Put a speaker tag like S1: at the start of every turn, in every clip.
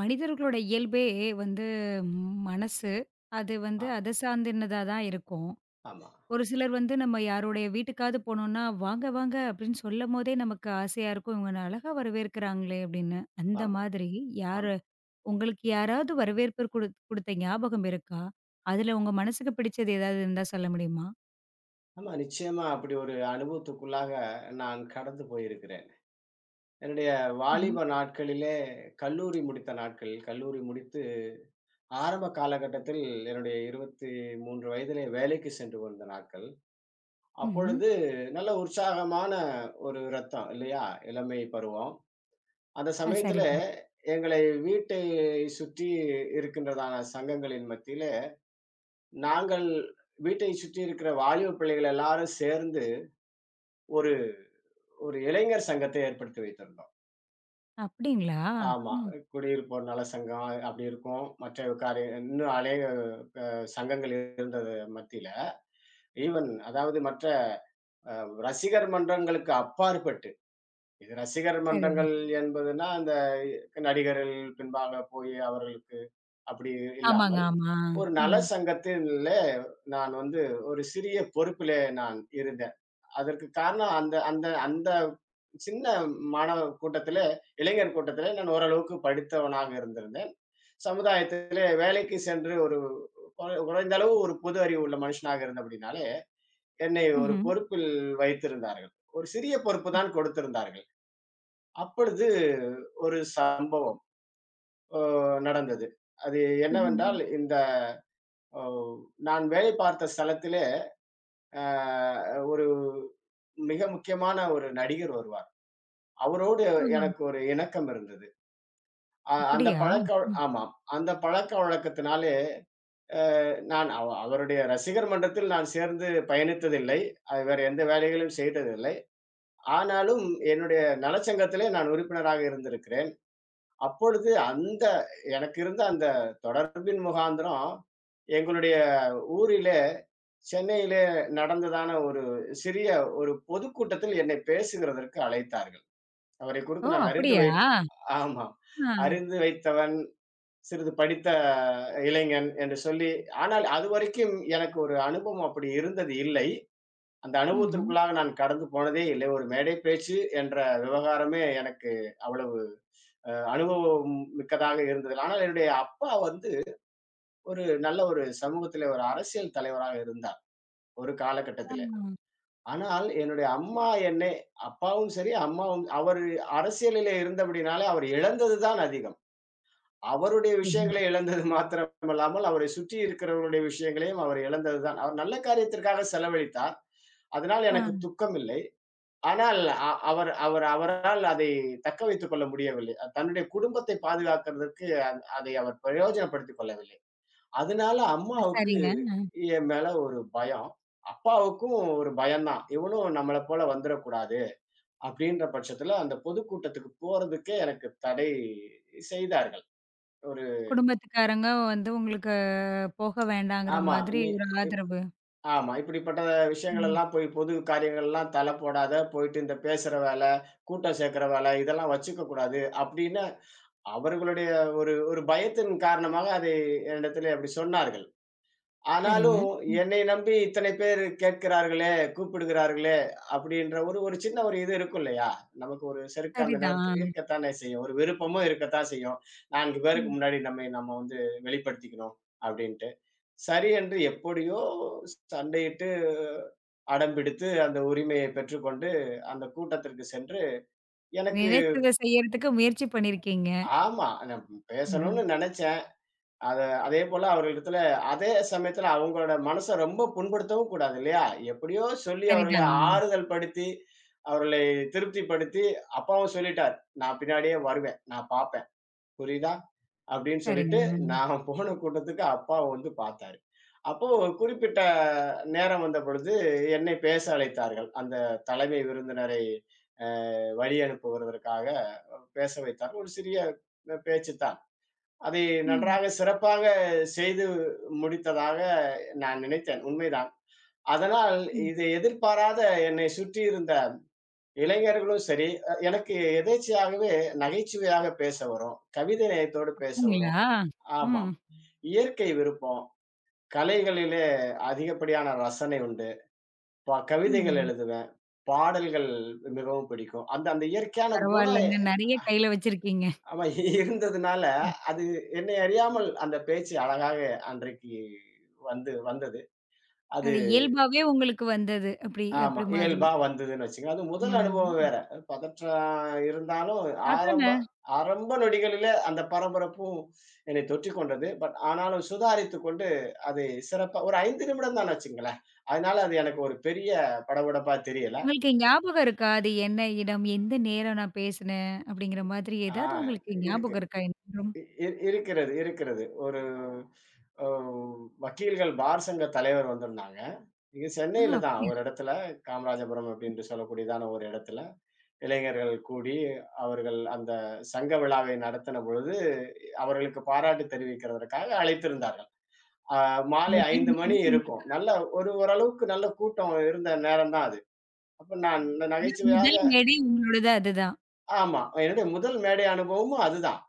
S1: மனிதர்களோட இயல்பே வந்து மனசு. அது
S2: ஆ,
S1: வந்து அத சார்ந்தினதா தான் இருக்கும்.
S2: ஆமா,
S1: ஒரு சிலர் வந்து நம்ம யாருடைய வீட்டுக்காவது போனோம்னா, "வாங்க வாங்க" அப்படின்னு சொல்லும்போதே நமக்கு ஆசையா இருக்கும். "இவங்க என்ன அழகா வரவேற்கிறாங்களே" அப்படின்னு. அந்த
S2: ஆமா,
S1: மாதிரி யாரு
S2: ஆமா.
S1: உங்களுக்கு யாராவது வரவேற்பு குடுத்த ஞாபகம் இருக்கா? அதுல உங்க மனசுக்கு பிடிச்சது ஏதாவது இருந்தா சொல்ல முடியுமா?
S2: ஆமா, நிச்சயமா அப்படி ஒரு அனுபவத்துக்குள்ளாக நான் கடந்து போயிருக்கிறேன். என்னுடைய
S1: ம்ஹ்ம்.
S2: வாலிப நாட்களிலே கல்லூரி முடித்த நாட்கள், கல்லூரி முடித்து ஆரம்ப காலகட்டத்தில் என்னுடைய 23 வயதிலே வேலைக்கு சென்று கொண்ட நாட்கள்.
S1: ம்ஹ்ம்.
S2: அப்பொழுது நல்ல உற்சாகமான ஒரு ரத்தம் இல்லையா? இளமை பருவம். அந்த சமயத்திலே
S1: சரிதான்.
S2: எங்களை வீட்டை சுற்றி இருக்கின்றதான சங்கங்களின் மத்தியிலே, நாங்கள் வீட்டை சுற்றி இருக்கிற வாலிப பிள்ளைகள் எல்லாரும் சேர்ந்து ஒரு ஒரு இளைஞர் சங்கத்தை ஏற்படுத்தி வைத்திருந்தோம்.
S1: அப்படிங்களா?
S2: ஆமா.
S1: ம்.
S2: குடியிருப்போர் நல சங்கம் அப்படி இருக்கும். மற்ற காரிய இன்னும் அநேக சங்கங்கள் இருந்தது மத்தியில. ஈவன் அதாவது மற்ற அ ரசிகர் மன்றங்களுக்கு அப்பாற்பட்டு, இது ரசிகர்
S1: சரிதான்.
S2: மன்றங்கள் என்பதுன்னா, அந்த நடிகர்கள் பின்பாக போய் அவர்களுக்கு அப்படி
S1: ஆமாங்க,
S2: இல்லாமல்,
S1: ஆமா.
S2: ஒரு நல
S1: ம்.
S2: சங்கத்திலே நான் வந்து ஒரு சிறிய பொறுப்பிலே நான் இருந்தேன். அதற்கு காரணம் அந்த அந்த அந்த சின்ன மாணவ கூட்டத்திலே, இளைஞர் கூட்டத்திலே நான் ஓரளவுக்கு படித்தவனாக இருந்திருந்தேன். சமுதாயத்திலே வேலைக்கு சென்று ஒரு குறைந்த அளவு ஒரு பொது அறிவு உள்ள மனுஷனாக இருந்தபடினாலே, என்னை ஒரு
S1: ம்ஹ்ம்.
S2: பொறுப்பில் வைத்திருந்தார்கள். ஒரு சிறிய பொறுப்பு தான் கொடுத்திருந்தார்கள். அப்பொழுது ஒரு சம்பவம் நடந்தது. அது
S1: ம்.
S2: என்னவென்றால், இந்த அ நான் வேலை பார்த்த ஸ்தலத்திலே, அ ஒரு மிக முக்கியமான ஒரு நடிகர் வருவார். அவரோடு
S1: ஆஹா.
S2: எனக்கு ஒரு இணக்கம் இருந்தது.
S1: அப்படியா?
S2: ஆமாம். அந்த பழக்கவழக்கத்தினாலே நான் அவருடைய ரசிகர் மன்றத்தில் நான் சேர்ந்து பயணித்ததில்லை. அது வேற எந்த வேலைகளையும் செய்ததில்லை. ஆனாலும் என்னுடைய நலச்சங்கத்திலே நான் உறுப்பினராக இருந்திருக்கிறேன். அப்பொழுது அந்த எனக்கு இருந்த அந்த தொடர்பின் முகாந்திரம், எங்களுடைய ஊரிலே சென்னையிலே நடந்ததான ஒரு சிறிய ஒரு பொதுக்கூட்டத்தில் என்னை பேசுகிறதற்கு அழைத்தார்கள். அவரை
S1: ஓ!
S2: குறித்து நான் அறிந்து
S1: அப்படியா?
S2: வைத் ஆமாம்.
S1: ஆ.
S2: அறிந்து வைத்தவன் சிறிது படித்த இளைஞன் என்று சொல்லி ஆனால் அதுவரைக்கும் எனக்கு ஒரு அனுபவம் அப்படி இருந்தது இல்லை. அந்த
S1: ம்ஹ்ம்.
S2: அனுபவத்திற்குள்ளாக நான் கடந்து போனதே இல்லை. ஒரு மேடை பேச்சு என்ற விவகாரமே எனக்கு அவ்வளவு அனுபவம் மிக்கதாக இருந்தது. ஆனால் என்னுடைய அப்பா வந்து ஒரு நல்ல ஒரு சமூகத்திலே ஒரு அரசியல் தலைவராக இருந்தார், ஒரு
S1: ஆ.
S2: காலகட்டத்திலே. ஆனால் என்னுடைய அம்மா என்னை அப்பாவும் சரி, அம்மாவும் அரசியலிலே இருந்தபடினாலே அவர் இழந்தது தான் அதிகம். அவருடைய
S1: ம்.
S2: விஷயங்களை இழந்தது மாத்திரமல்லாமல், அவரை சுற்றி இருக்கிறவர்களுடைய விஷயங்களையும் அவர் இழந்தது தான். அவர் நல்ல காரியத்திற்காக செலவழித்தார். அதனால் எனக்கு
S1: ஆ.
S2: துக்கம் இல்லை. ஆனால் அவர் அவர் அவரால் அதை தக்க வைத்துக் கொள்ள முடியவில்லை. தன்னுடைய குடும்பத்தை பாதுகாக்கிறதற்கு அதை அவர் பிரயோஜனப்படுத்திக் கொள்ளவில்லை. அதனால அம்மாவுக்கு
S1: சரிங்க. அ.
S2: என் மேல ஒரு பயம். அப்பாவுக்கும் ஒரு பயம் தான். "இவனும் நம்மள போல வந்துரக்கூடாது." அப்படின்ற பட்சத்துல அந்த பொதுக்கூட்டத்துக்கு போறதுக்கே எனக்கு தடை செய்தார்கள். ஒரு
S1: குடும்பத்துக்காரங்க வந்து உங்களுக்கு போக வேண்டாங்கிற
S2: ஆமா.
S1: மாதிரி
S2: நீ
S1: ஒரு ஆதரவு.
S2: ஆமா. இப்படிப்பட்ட விஷயங்கள்
S1: ம்.
S2: எல்லாம் போய் பொது காரியங்கள்லாம் தல போடாத, போயிட்டு இந்த பேசுற வேல, கூட்டம் சேர்க்கிற வேல இதெல்லாம் வச்சுக்க கூடாது. அப்படின்னு அவர்களுடைய ஒரு ஒரு பயத்தின் காரணமாக அதை என்னிடத்திலே அப்படி சொன்னார்கள்.
S1: சரிங்க.
S2: ஆனாலும்
S1: ம்.
S2: என்னை நம்பி இத்தனை பேர் கேட்கிறார்களே, கூப்பிடுகிறார்களே அப்படின்ற ஒரு ஒரு சின்ன ஒரு இது இருக்கும் இல்லையா? நமக்கு ஒரு செருக்கு அந்த நேரத்துல
S1: சரிதான்.
S2: இருக்கத்தானே செய்யும். ஒரு விருப்பமும் இருக்கத்தான் செய்யும். 4 பேருக்கு
S1: ம்.
S2: முன்னாடி நம்ம வந்து வெளிப்படுத்திக்கணும் அப்படின்ட்டு. சரி என்று எப்படியோ சண்டையிட்டு அடம் பிடித்து அந்த உரிமையை பெற்றுக்கொண்டு, அந்த கூட்டத்திற்கு சென்று எனக்கு
S1: நினைச்சத செய்யறதுக்கு முயற்சி பண்ணியிருக்கீங்க.
S2: ஆமா. நான்
S1: ம்ஹ்ம்.
S2: பேசணும்னு நெனச்சேன். அத அதேபோல அவர்களிடத்துல அதே சமயத்துல அவங்களோட மனச ரொம்ப புண்படுத்தவும் கூடாது இல்லையா? எப்படியோ சொல்லி அவர்களை
S1: சரிதாங்க.
S2: ஆறுதல் படுத்தி, அவர்களை திருப்திப்படுத்தி அப்பாவும் சொல்லிட்டார். "நான் பின்னாடியே வருவேன். நான் பாப்பேன். புரியுதா?" அப்படின்னு சொல்லிட்டு
S1: சரிங்க.
S2: நான் போன கூட்டத்துக்கு அப்பாவ வந்து பார்த்தாரு. அப்போ ஒரு குறிப்பிட்ட நேரம் வந்த பொழுது, என்னை பேச அழைத்தார்கள். அந்த தலைமை விருந்தினரை அ வழி அனுப்புவதற்காக பேச வைத்தார்கள். ஒரு சிறிய பேச்சு தான். அதை
S1: ம்.
S2: நன்றாக சிறப்பாக செய்து முடித்ததாக நான் நினைத்தேன். உண்மைதான். அதனால்
S1: ம்.
S2: இதை எதிர்பாராத என்னை சுற்றியிருந்த இளைஞர்களும் சரி, எனக்கு எதேர்ச்சையாகவே நகைச்சுவையாக பேச வரும். கவிதை நயத்தோடு பேச வரும்.
S1: அப்படிங்களா?
S2: ஆமா.
S1: ம்.
S2: இயற்கை விருப்பம். கலைகளிலே அதிகப்படியான ரசனை உண்டு. கவிதைகள்
S1: ம்.
S2: எழுதுவேன். பாடல்கள் மிகவும் பிடிக்கும். அந்த அந்த இயற்கையான குணம்
S1: பரவால்லங்க. நெறைய கையில வச்சிருக்கீங்க.
S2: ஆமா இருந்ததுனால, அது என்னை அறியாமல் அந்த பேச்சு அழகாக அன்றைக்கு வந்தது.
S1: அது இயல்பாவே உங்களுக்கு வந்தது. அப்படி
S2: ஆமா.
S1: அப்படி மாதிரி.
S2: இயல்பா வந்ததுன்னு வச்சுக்கங்க. அது முதல்
S1: ம்.
S2: அனுபவம் வேற. அது பதற்றம் இருந்தாலும் ஆரம்ப
S1: அதான.
S2: ஆரம்ப நொடிகளில அந்த பரபரப்பும் என்னை தொற்றிக் கொண்டது. ஆனாலும் சுதாரித்துக் கொண்டு அது சிறப்பா ஒரு 5 நிமிடம் தான் வச்சுக்கங்களேன். அதனால அது எனக்கு ஒரு பெரிய படபடப்பா தெரியல.
S1: உங்களுக்கு ஞாபகம் இருக்கா? அது என்ன இடம்? எந்த நேரம் நான் பேசினேன்? அப்படிங்கிற மாதிரி
S2: ஆ
S1: ஏதாவது உங்களுக்கு
S2: இருக்கு.
S1: ஞாபகம் இருக்கா? என்றும்
S2: இ இ இருக்கிறது, இருக்கிறது. ஒரு அ வக்கீல்கள் பார் சங்க தலைவர் வந்திருந்தாங்க. இங்க
S1: ஆ
S2: சென்னையில தான்
S1: அப்படியா?
S2: ஒரு இடத்துல, காமராஜபுரம் அப்படின்னு சொல்லக்கூடியதான ஒரு இடத்துல. இளைஞர்கள் கூடி அவர்கள் அந்த சங்க விழாவை நடத்தின பொழுது, அவர்களுக்கு பாராட்டு தெரிவிக்கிறதற்காக அழைத்திருந்தார்கள். அ மாலை
S1: முதல்
S2: 5 மணி
S1: மேடை
S2: இருக்கும்.
S1: உங்களுக்கு.
S2: நல்ல ஒரு ஓரளவுக்கு நல்ல கூட்டம் இருந்த நேரம் தான் அது. அப்ப நான்
S1: அதான்
S2: நகைச்சுவையாக
S1: முதல் மேடை உங்களோடது அதுதான்.
S2: ஆமா. என்னுடைய முதல் மேடை அனுபவமும் அதுதான்.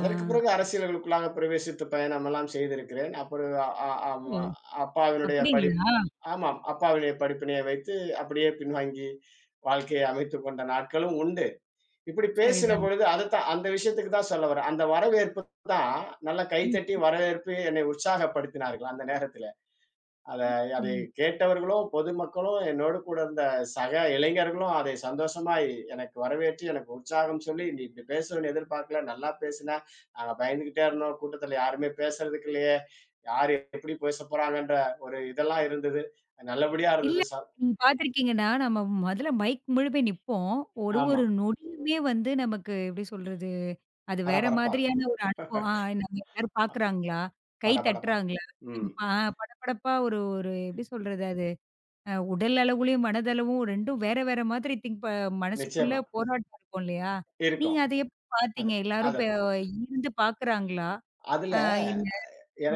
S1: ஆ.
S2: பிறகு அரசியல்களுக்குள்ளாக பிரவேசித்து பயணமெல்லாம் செய்திருக்கிறேன். அப்புறம் அ அ-
S1: ஓ!
S2: ஆமா அப்பாவினுடைய படிப்
S1: அப்படிங்களா?
S2: ஆமாம். அப்பாவினுடைய படிப்பினை வைத்து அப்படியே பின்வாங்கி வாழ்க்கையை அமைத்துக் கொண்ட நாட்களும் உண்டு. இப்படி பேசின
S1: சரிதாங்க.
S2: பொழுது அதுதான் அந்த விஷயத்துக்கு தான் சொல்ல வரேன். அந்த வரவேற்பு தான் நல்லா கைத்தட்டி
S1: ம்,
S2: வரவேற்பு என்னை உற்சாகப்படுத்தினார்கள் அந்த நேரத்தில. அத
S1: ம்,
S2: அதை
S1: ம்.
S2: கேட்டவர்களும், பொதுமக்களும், என்னோடு கூட இருந்த சக இளைஞர்களும் அதை சந்தோஷமாய் எனக்கு வரவேற்று, எனக்கு உற்சாகம் சொல்லி, "நீ இப்படி பேசுவன்னு எதிர்பார்க்கல. நல்லா பேசின. நாங்க பயந்துகிட்டே இருந்தோம். கூட்டத்தில யாருமே பேசுறதுக்கு இல்லையே! யாரு எப்படி பேசப் போறாங்கன்ற" ஒரு இதெல்லாம் இருந்தது. நல்லபடியா
S1: இல்ல
S2: இருந்தது சார்.
S1: நீங்க பார்த்துருக்கீங்கன்னா, நம்ம முதல்ல மைக் முழுவே நிப்போம். ஒரு ஒரு
S2: ஆமா.
S1: நொடியுமே வந்து நமக்கு எப்படி சொல்றது? அது வேற
S2: பரபரப்பா இருக்கும்.
S1: மாதிரியான ஒரு அனுபவம். ஆ நம்ம எல்லாரும் பார்க்குறாங்களா? கை
S2: படபடப்பா இருக்கும்.
S1: தட்டுறாங்களா? நம்ம
S2: ம்.
S1: படபடப்பா ஒரு ஒரு எப்படி சொல்றது? உடல் அளவுலயும், மனதளவும் 2ம் வேற, வேற மாதிரி திங்க் ப மனசுக்குள்ள
S2: நிச்சயமா.
S1: போராட்டம் இருக்கும் இல்லையா? நீங்க
S2: இருக்கும்.
S1: அத எப்படி
S2: அது
S1: பார்த்தீங்க? எல்லாரும்
S2: அதுதான்.
S1: ஈர்ந்து பார்க்குறாங்களா? ஆ
S2: அதுல
S1: இல்ல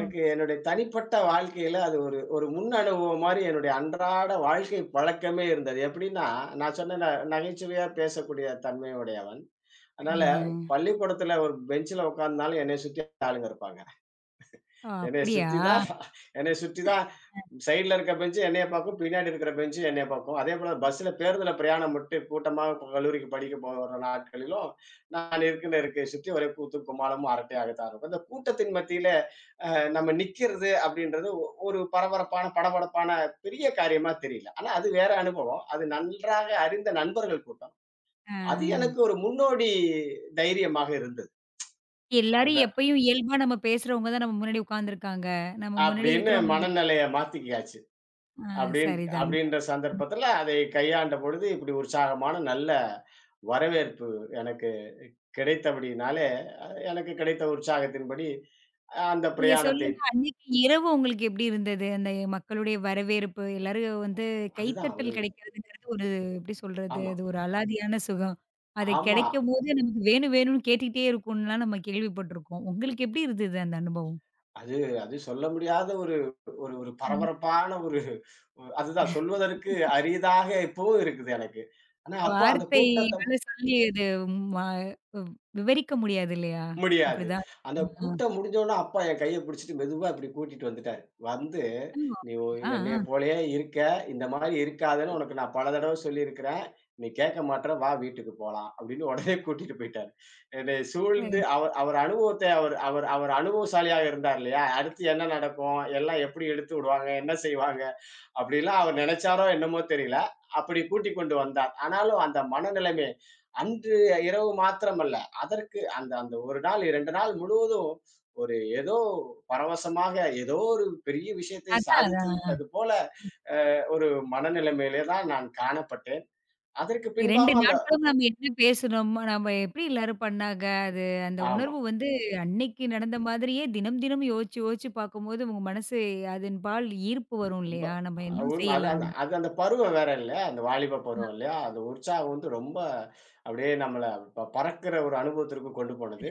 S1: ம்.
S2: என்னுடைய தனிப்பட்ட வாழ்க்கையில அது ஒரு ஒரு முன் அனுபவம் மாரி என்னுடைய அன்றாட வாழ்க்கை பழக்கமே இருந்தது. எப்படின்னா, நான் சொன்னேன் நகைச்சுவையா பேசக்கூடிய தன்மை உடையவன். அதனால
S1: சரிங்க.
S2: பள்ளிக்கூடத்துல ஒரு பெஞ்சுல உட்கார்ந்தாலும் என்னைய சுத்தி ஆளுங்க இருப்பாங்க.
S1: ஓ!
S2: என்னைய
S1: அப்படியா?
S2: சுத்தி தான் என்னைய சுத்தி தான் சைடுல இருக்க பெஞ்சு என்னைய பாக்கும். பின்னாடி இருக்கிற பெஞ்சு என்னைய பாக்கும். அதேபோல பேருந்துல பிரயாணம் விட்டு கூட்டமா கல்லூரிக்கு படிக்க போற நாட்களிலும், நான் இருக்கிற இருக்கைய சுத்தி ஒரே கூத்தும், கும்மாளமும், அரட்டையாகத்தான் இருக்கும். இந்த கூட்டத்தின் மத்தியில நம்ம நிக்கிறது அப்படின்றது ஒரு பரபரப்பான, படபடப்பான பெரிய காரியமா தெரியல. ஆனா அது வேற அனுபவம். அது நன்றாக அறிந்த நண்பர்கள் கூட்டம்.
S1: ஆ.
S2: அது எனக்கு ஒரு முன்னோடி தைரியமாக இருந்தது.
S1: எல்லாரும்
S2: அந்த
S1: எப்பயும் இயல்பா நம்ம பேசுறவங்க தான் நம்ம முன்னாடி உட்கார்ந்துருக்காங்க. நம்ம முன்னாடி
S2: அப்படின்னு
S1: இருக்கிறவங்க.
S2: மனநிலைய மாத்திக்கியாச்சு.
S1: ஆ
S2: அப்படின்
S1: சரிதாங்க.
S2: அப்படின்ற சந்தர்ப்பத்துல அதை கையாண்ட பொழுது இப்படி உற்சாகமான நல்ல வரவேற்பு எனக்கு கிடைத்தபடியினாலே, அ எனக்கு கிடைத்த உற்சாகத்தின்படி அந்த
S1: நீங்க
S2: பிரயாணத்தை
S1: சொல்லுங்க, அன்னைக்கு இரவு உங்களுக்கு எப்படி இருந்தது? அந்த மக்களுடைய வரவேற்பு, எல்லாரும் வந்து
S2: அதுதான் ஒரு
S1: கைத்தட்டல் கிடைக்கிறதுங்கிறது ஒரு எப்படி சொல்றது?
S2: ஆமா,
S1: அது ஒரு அலாதியான சுகம். அது
S2: ஆமா.
S1: கிடைக்கும்போது நமக்கு வேணும் வேணும்னு கேட்டுக்கிட்டே இருக்கும்லாம் நம்ம கேள்விப்பட்டுருக்கோம். உங்களுக்கு எப்படி இருந்தது அந்த அனுபவம்?
S2: அது அது சொல்ல முடியாத ஒரு ஒரு ஒரு
S1: ம்.
S2: பரபரப்பான ஒரு அதுதான் சொல்வதற்கு அரியதாக இப்போ இருக்குது எனக்கு. ஆனா அப்ப அந்த கூட்டத்த
S1: வார்த்தையால சொல்லி அது ம விவரிக்க முடியாது இல்லையா?
S2: முடியாது.
S1: அப்படிதான்.
S2: அந்த
S1: ஆ.
S2: கூட்டம் முடிஞ்சோனே, அப்பா என் கைய பிடிச்சுட்டு மெதுவா இப்டி கூட்டிட்டு வந்துட்டாரு. வந்து
S1: ஓ!
S2: "நீ ஒ
S1: அப்படியா? ஆ.
S2: என்னைய போலயே இருக்க. இந்த மாரி இருக்காதன்னு உனக்கு நான் பல தடவ சொல்லியிருக்கிறேன். நீ கேட்க மாட்ற. வா வீட்டுக்கு போலாம்." அப்டின்னு உடனே கூட்டிட்டு போய்ட்டாரு. என்னைய
S1: சரி.
S2: சூழ்ந்து அவர் அவர் அனுபவத்த அவர் அவர் அவர் அனுபவசாலியாக இருந்தார் இல்லையா? அடுத்து என்ன நடக்கும்? எல்லாம் எப்டி இழுத்து விடுவாங்க? என்ன செய்வாங்க? அப்படிலாம் அவர் நினைச்சாரோ என்னமோ தெரியல. அப்படி கூட்டிக் கொண்டு வந்தார். ஆனாலும் அந்த மனநிலைமை அன்று இரவு மாத்திரமல்ல, அதற்கு அந்த அந்த 1 நாள் 2 நாள் முழுவதும் ஒரு ஏதோ பரவசமாக, ஏதோ ஒரு பெரிய விஷயத்தை
S1: அதான்
S2: சாதித்து
S1: அதான்.
S2: விட்டது போல, அ ஒரு மனநிலைமையிலே தான் நான் காணப்பட்டேன். அதற்கு
S1: 2
S2: பின்பாகவும் அந்த
S1: நாட்களும் நம்ம என்ன பேசுனோம், நம்ம எப்படி எல்லாரும் பண்ணாங்க, அது அந்த
S2: ஆமா.
S1: உணர்வு வந்து அன்னைக்கு நடந்த மாதிரியே தினம் தினம் யோசிச்சு யோசிச்சு பார்க்கும்போது உங்க மனசு அதன்பால் ஈர்ப்பு வரும்
S2: ரொம்ப
S1: இல்லையா? நம்ம
S2: அ
S1: இன்னும்
S2: உண்ம அது அந்த
S1: செய்யலான்னு.
S2: அது அந்த பருவம் வேற இல்லையா? அந்த வாலிப
S1: அ,
S2: பருவம் இல்லையா? அந்த உற்சாகம் வந்து ரொம்ப அப்படியே நம்மள பறக்கிற ஒரு அனுபவத்திற்கு கொண்டு போனது.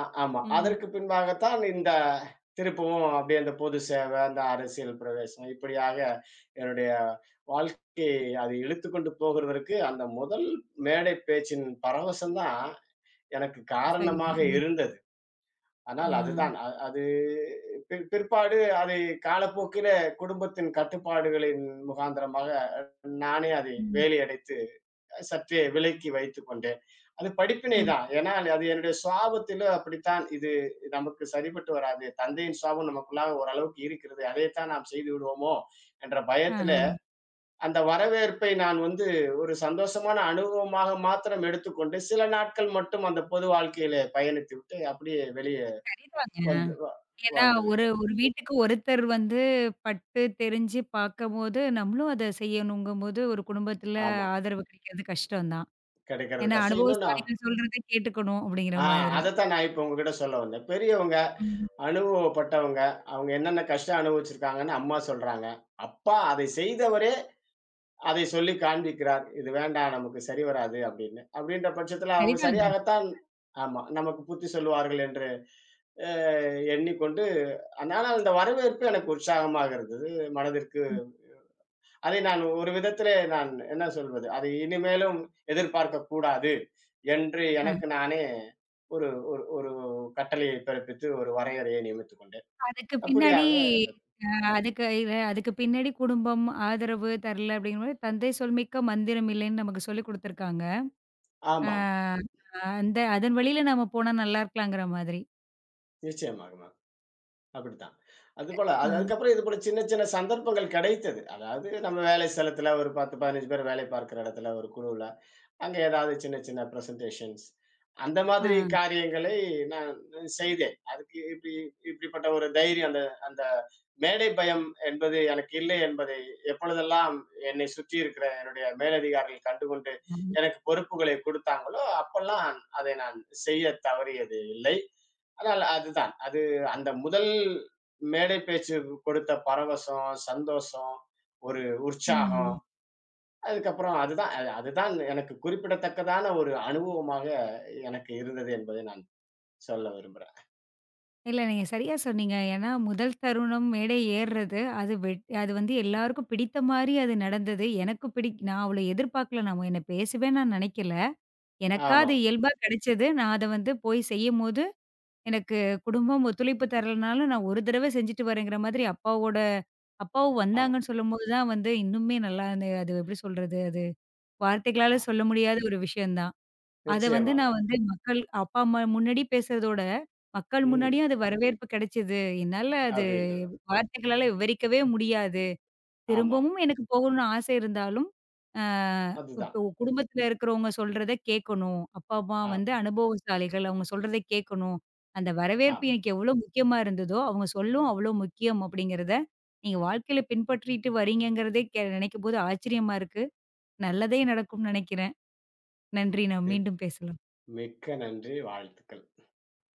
S2: ஆமா.
S1: ம்.
S2: அதற்கு பின்பாகத்தான் இந்த திருப்பவும் அப்படியே அந்த பொது சேவை, அந்த அரசியல் பிரவேசம் இப்படியாக என்னுடைய வாழ்க்கையை அது இழுத்துக்கொண்டு போகிறதற்கு அந்த முதல் மேடை பேச்சின் பரவசம் தான் எனக்கு காரணமாக
S1: சரிதான். ம்.
S2: இருந்தது.
S1: ஆ.
S2: ஆனால் அதுதான் அது பிற்பாடு அதை காலப்போக்கில குடும்பத்தின் கட்டுப்பாடுகளின் முகாந்திரமாக நானே அதை
S1: ம்.
S2: வேலியடைத்து சற்றே விலக்கி வைத்துக் கொண்டேன். அது படிப்பினை
S1: ம்.
S2: தான். ஏன்னா, அது என்னுடைய சுவாபத்திலும் அப்படித்தான். இது நமக்கு சரிப்பட்டு வராது. தந்தையின் சுவாபம் நமக்குள்ளாக ஓரளவுக்கு இருக்கிறது. அதைத்தான் நாம் செய்து விடுவோமோ என்ற பயத்தில,
S1: ஆஹா.
S2: அந்த வரவேற்பை நான் வந்து ஒரு சந்தோஷமான அனுபவமாக மாத்திரம் எடுத்துக்கொண்டு, சில நாட்கள் மட்டும் அந்த பொது வாழ்க்கையிலே பயணித்துவிட்டு, அப்படியே வெளியே
S1: சரிதாங்க.
S2: வந்து வ
S1: ஏன்னா ஒரு
S2: வந்துவிட்டேன்.
S1: ஒரு வீட்டுக்கு ஒருத்தர் வந்து பட்டு தெரிஞ்சு பார்க்கும்போது, நம்மளும் அத செய்யணுங்கும்போது ஒரு குடும்பத்தில
S2: ஆமா.
S1: ஆதரவு கிடைக்கிறது கஷ்டம் தான்.
S2: கிடைக்கிறது
S1: ஏன்னா
S2: கஷ்டம். இன்னொன்னு
S1: அனுபவசாலிகள் சொல்றத கேட்டுக்கணும் அப்படிங்கிற
S2: ஆ
S1: மாதிரி.
S2: அதத்தான் நான் இப்ப உங்ககிட்ட சொல்ல வந்தேன். பெரியவங்க,
S1: ம்.
S2: அனுபவப்பட்டவங்க, அவங்க என்னென்ன கஷ்டம் அனுபவிச்சிருக்காங்கன்னு அம்மா சொல்றாங்க. அப்பா அதை செய்தவரே அதை சொல்லி காண்பிக்கிறார். "இது வேண்டாம் நமக்கு சரி வராது" அப்படின்னு. அப்படின்ற பட்சத்துல அவங்க
S1: சரிதாங்க.
S2: சரியாகத்தான் ஆமா, நமக்கு புத்தி சொல்லுவார்கள் என்று அ எண்ணிக்கொண்டு ஆனால் அந்த வரவேற்பு எனக்கு உற்சாகமாக இருந்தது மனதிற்கு.
S1: ம்.
S2: அதை நான் ஒரு விதத்திலே நான் என்ன சொல்வது, அதை இனிமேலும் எதிர்பார்க்கக்கூடாது என்று
S1: ஆ.
S2: எனக்கு நானே ஒரு ஒரு ஒரு கட்டளையை பிறப்பித்து ஒரு வரையறையை நியமித்துக் கொண்டேன்.
S1: அதுக்கு பின்னாடி
S2: அப்படியாக இருந்தது.
S1: அ அதுக்கு இவ அதுக்கு பின்னாடி குடும்பம் ஆதரவு தரல அப்படிங்கும்போது, தந்தை சொல் மிக்க மந்திரம் இல்லைன்னு நமக்கு சொல்லிக் குடுத்துருக்காங்க.
S2: ஆமாம்.
S1: ஆ அந்த அதன் வழியில நம்ம போனா நல்லா இருக்கலாங்கிற மாதிரி.
S2: நிச்சயமாக மேம். அப்படித்தான். அதுபோல
S1: ஆ.
S2: அதுக்கப்புறம் இதுபோல சின்ன சின்ன சந்தர்ப்பங்கள் கிடைத்தது. அதாவது நம்ம வேலை ஸ்தலத்துல ஒரு 10, 15 பேர் வேலை பார்க்கிற இடத்துல ஒரு குழுவுல அங்க ஏதாவது சின்ன சின்ன பிரசன்டேஷன்ஸ் அந்த
S1: ஆ.
S2: மாதிரி காரியங்களை நான் செய்தேன். அதுக்கு இப்படி இப்படிப்பட்ட ஒரு தைரியம் அந்த அந்த மேடை பயம் என்பது எனக்கு இல்லை என்பதை எப்பொழுதெல்லாம் என்னை சுற்றி இருக்கிற என்னுடைய மேலதிகாரிகள் கண்டுகொண்டு எனக்கு பொறுப்புகளை கொடுத்தாங்களோ, அப்பல்லாம் அதை நான் செய்ய தவறியது இல்லை. ஆனால் அதுதான். அது அந்த முதல் மேடை பேச்சு கொடுத்த பரவசம், சந்தோஷம், ஒரு உற்சாகம்
S1: ம்.
S2: அதுக்கப்புறம் அதுதான் அதுதான் எனக்கு குறிப்பிடத்தக்கதான ஒரு அனுபவமாக எனக்கு இருந்தது என்பதை நான் சொல்ல விரும்புறேன்.
S1: இல்ல நீங்க சரியா சொன்னீங்க. ஏன்னா முதல் தருணம் மேடை ஏறுறது, அது அது வந்து எல்லாருக்கும் பிடித்த மாரி அது நடந்தது. எனக்கு பிடிக் நான் அவ்வளோ எதிர்பார்க்கல. நான் என்ன பேசவே நான் நெனைக்கல. எனக்கா அது
S2: ஆமாம்,
S1: இயல்பா கிடைச்சது. நான் அத வந்து போய் செய்யும்போது எனக்கு குடும்பம் ஒத்துழைப்பு தரலனாலும், நான் ஒரு தடவ செஞ்சுட்டு வரேங்கிற மாதிரி அப்பாவும்
S2: ஆமா.
S1: வந்தாங்கன்னு சொல்லும்போது தான் வந்து இன்னுமே நல்லா அந்த அது எப்படி சொல்றது? அது வார்த்தைகளால
S2: ஆ
S1: சொல்ல முடியாத ஒரு விஷயம் தான். அத வந்து
S2: நிச்சயமாக.
S1: நான் வந்து மக்கள் அப்பா, அம்மா முன்னாடி பேசுறதோட, மக்கள்
S2: ம்.
S1: முன்னாடியும் அது வரவேற்பு கிடைச்சது. என்னால அது
S2: அப்படின்றது.
S1: வார்த்தைகளால விவரிக்கவே முடியாது.
S2: ஆமாம்.
S1: திரும்பவும் எனக்கு போகணும்னு ஆசை இருந்தாலும், அ
S2: அதுதான்.
S1: இப்போ குடும்பத்தில இருக்கிறவங்க சொல்றத கேட்கணும். அப்பா, அம்மா வந்து
S2: ஆமா,
S1: அனுபவசாலிகள். அவங்க சொல்றத கேட்கணும். அந்த வரவேற்பு
S2: ஆமா.
S1: எனக்கு எவ்வளோ முக்கியமா இருந்ததோ, அவங்க சொல்லும் அவ்வளோ முக்கியம் அப்படிங்கிறத, நீங்க வாழ்க்கையில பின்பற்றிட்டு வரீங்கங்கிறதே நினைக்கும்போது ஆச்சரியமா இருக்கு. நல்லதே நடக்கும்னு நினைக்கிறேன். நன்றி. நாம்
S2: மிக்
S1: மீண்டும் பேசலாம்.
S2: மிக்க நன்றி. வாழ்த்துக்கள்.